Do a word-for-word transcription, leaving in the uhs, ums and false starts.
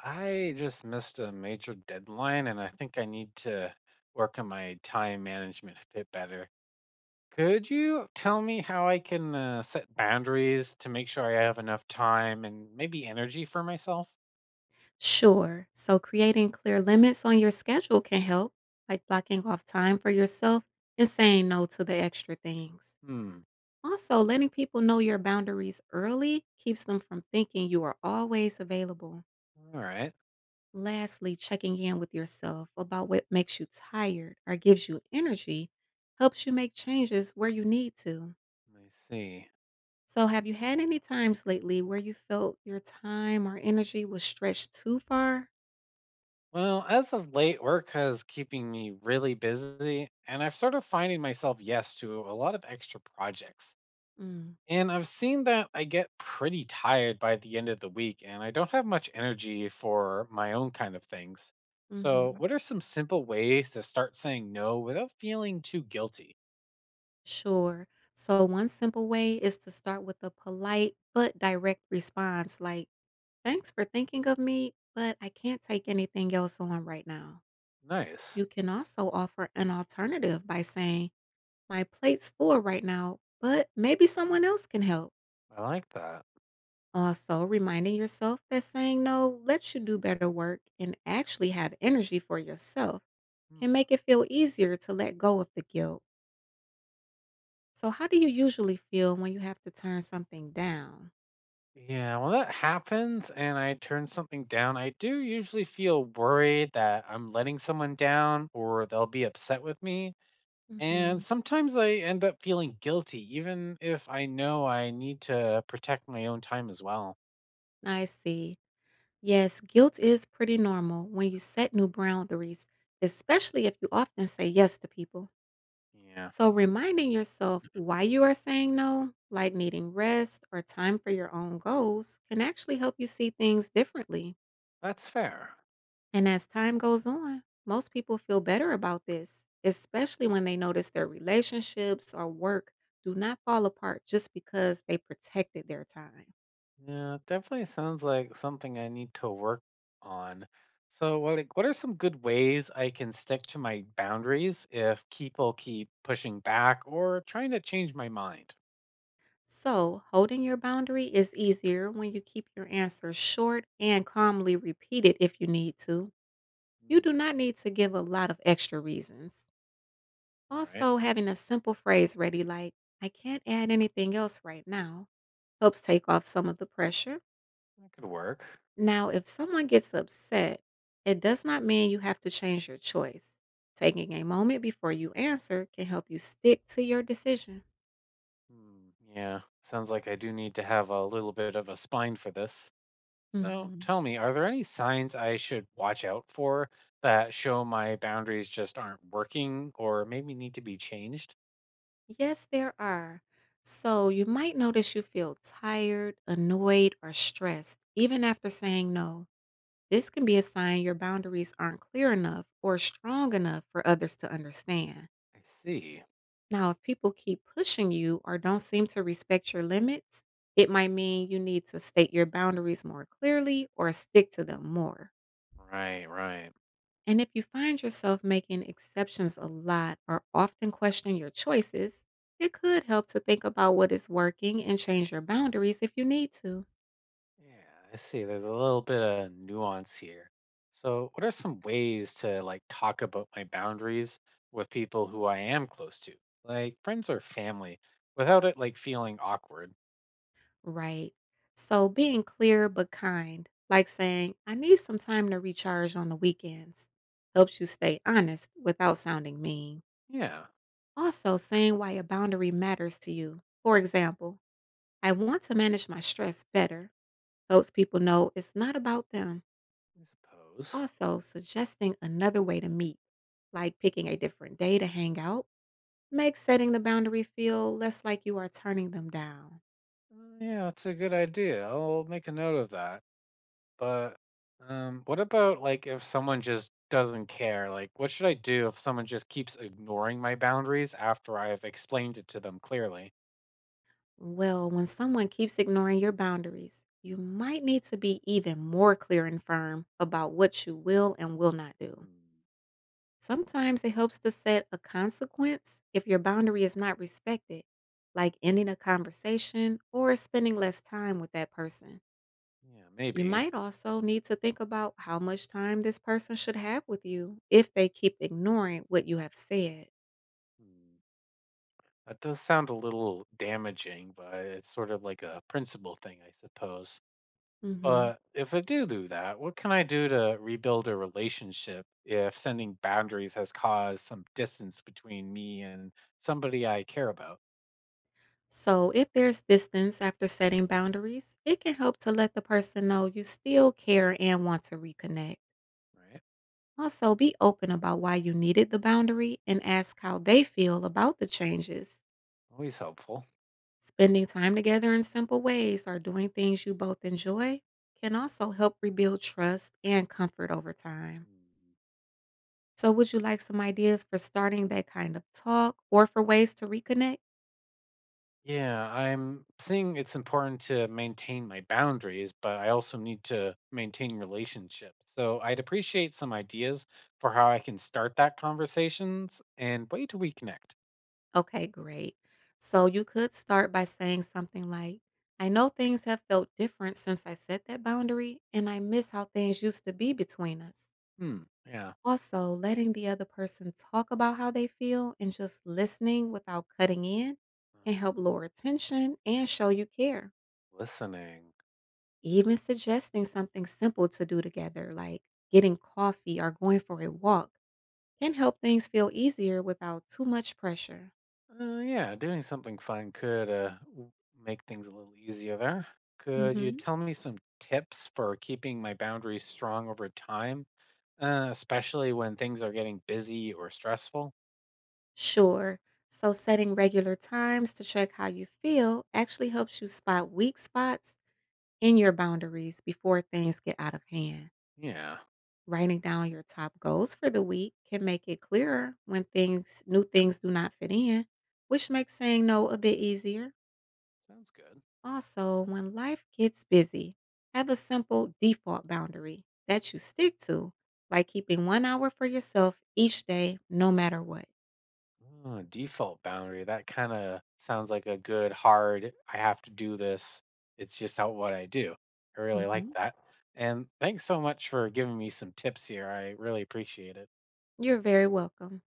I just missed a major deadline and I think I need to work on my time management a bit better. Could you tell me how I can uh, set boundaries to make sure I have enough time and maybe energy for myself? Sure. So creating clear limits on your schedule can help, like blocking off time for yourself and saying no to the extra things. Hmm. Also, letting people know your boundaries early keeps them from thinking you are always available. All right. Lastly, checking in with yourself about what makes you tired or gives you energy helps you make changes where you need to. Let me see. So, have you had any times lately where you felt your time or energy was stretched too far? Well, as of late, work has keeping me really busy, and I've sort of finding myself yes to a lot of extra projects. Mm, And I've seen that I get pretty tired by the end of the week and I don't have much energy for my own kind of things. So, mhm. what are some simple ways to start saying no without feeling too guilty? Sure. So, one simple way is to start with a polite but direct response like, Thanks for thinking of me, but I can't take anything else on right now. Nice. You can also offer an alternative by saying, My plate's full right now, but maybe someone else can help. I like that. Also, reminding yourself that saying no lets you do better work and actually have energy for yourself can Hmm. make it feel easier to let go of the guilt. So, how do you usually feel when you have to turn something down? Yeah, when that happens and I turn something down, I do usually feel worried that I'm letting someone down or they'll be upset with me. And Mhm. sometimes I end up feeling guilty, even if I know I need to protect my own time as well. I see. Yes, guilt is pretty normal when you set new boundaries, especially if you often say yes to people. Yeah, So, reminding yourself why you are saying no, like needing rest or time for your own goals, can actually help you see things differently. that's fair. And as time goes on, most people feel better about this, especially when they notice their relationships or work do not fall apart just because they protected their time. Yeah, it definitely sounds like something I need to work on. So, what like, what are some good ways I can stick to my boundaries if people keep pushing back or trying to change my mind? So, holding your boundary is easier when you keep your answer short and calmly repeat it if you need to. You Hmm. do not need to give a lot of extra reasons. All right, Also, having a simple phrase ready like, I can't add anything else right now, helps take off some of the pressure. that could work. Now, if someone gets upset, it does not mean you have to change your choice. Taking a moment before you answer can help you stick to your decision. Hmm, yeah, sounds like I do need to have a little bit of a spine for this. So, Mhm. tell me, are there any signs I should watch out for that show my boundaries just aren't working or maybe need to be changed? Yes, there are. So you might notice you feel tired, annoyed, or stressed even after saying no. This can be a sign your boundaries aren't clear enough or strong enough for others to understand. I see. Now, if people keep pushing you or don't seem to respect your limits, it might Mm. mean you need to state your boundaries more clearly or stick to them more. Right, right. And if you find yourself making exceptions a lot or often questioning your choices, it could help to think about what is working and change your boundaries if you need to. Yeah, I see. There's a little bit of nuance here. So, what are some ways to like talk about my boundaries with people who I am close to, like friends or family, without it like feeling awkward? Right. So being clear but kind, like saying, I need some time to recharge on the weekends, helps you stay honest without sounding mean. Yeah, Also, saying why a boundary matters to you. For example, I want to manage my stress better, helps people know it's not about them. I suppose. Also, suggesting another way to meet, like picking a different day to hang out, makes setting the boundary feel less like you are turning them down. Uh, yeah, it's a good idea. I'll make a note of that. But um, what about like if someone just doesn't care? Like, what should I do if someone just keeps ignoring my boundaries after I have explained it to them clearly? Well, when someone keeps ignoring your boundaries, you might need to be even more clear and firm about what you will and will not do. Hmm. Sometimes it helps to set a consequence if your boundary is not respected, like ending a conversation or spending less time with that person. Yeah, You maybe. might also need to think about how much time this person should have with you if they keep ignoring what you have said. Hmm. That does sound a little damaging, but it's sort of like a principle thing, I suppose. Hmm. But if I do do that, what can I do to rebuild a relationship if sending boundaries has caused some distance between me and somebody I care about? So, if there's distance after setting boundaries, it can help to let the person know you still care and want to reconnect. Right? Also, be open about why you needed the boundary and ask how they feel about the changes. Always helpful. Spending time together in simple ways or doing things you both enjoy can also help rebuild trust and comfort over time. So, would you like some ideas for starting that kind of talk or for ways to reconnect? Yeah, I'm seeing it's important to maintain my boundaries, but I also need to maintain relationships. So I'd appreciate some ideas for how I can start that conversations and way to reconnect. Okay, great. So, you could start by saying something like, I know things have felt different since I set that boundary, and I miss how things used to be between us. Hmm. Yeah. Also, letting the other person talk about how they feel and just listening without cutting in Uh, can help lower tension and show you care. listening. Even suggesting something simple to do together, like getting coffee or going for a walk can help things feel easier without too much pressure. Uh, yeah, doing something fun could uh, w- make things a little easier there. Could you Hmm. tell me some tips for keeping my boundaries strong over time, uh, especially when things are getting busy or stressful? Sure. So, setting regular times to check how you feel actually helps you spot weak spots in your boundaries before things get out of hand. Yeah, Writing down your top goals for the week can make it clearer when things, new things do not fit in, which makes saying no a bit easier. sounds good. Also, when life gets busy, have a simple default boundary that you stick to, like keeping one hour for yourself each day, no matter what. Oh, default boundary. That kind of sounds like a good, hard, I have to do this. It's just how what I do. I really like Mhm. that. And thanks so much for giving me some tips here. I really appreciate it. You're very welcome.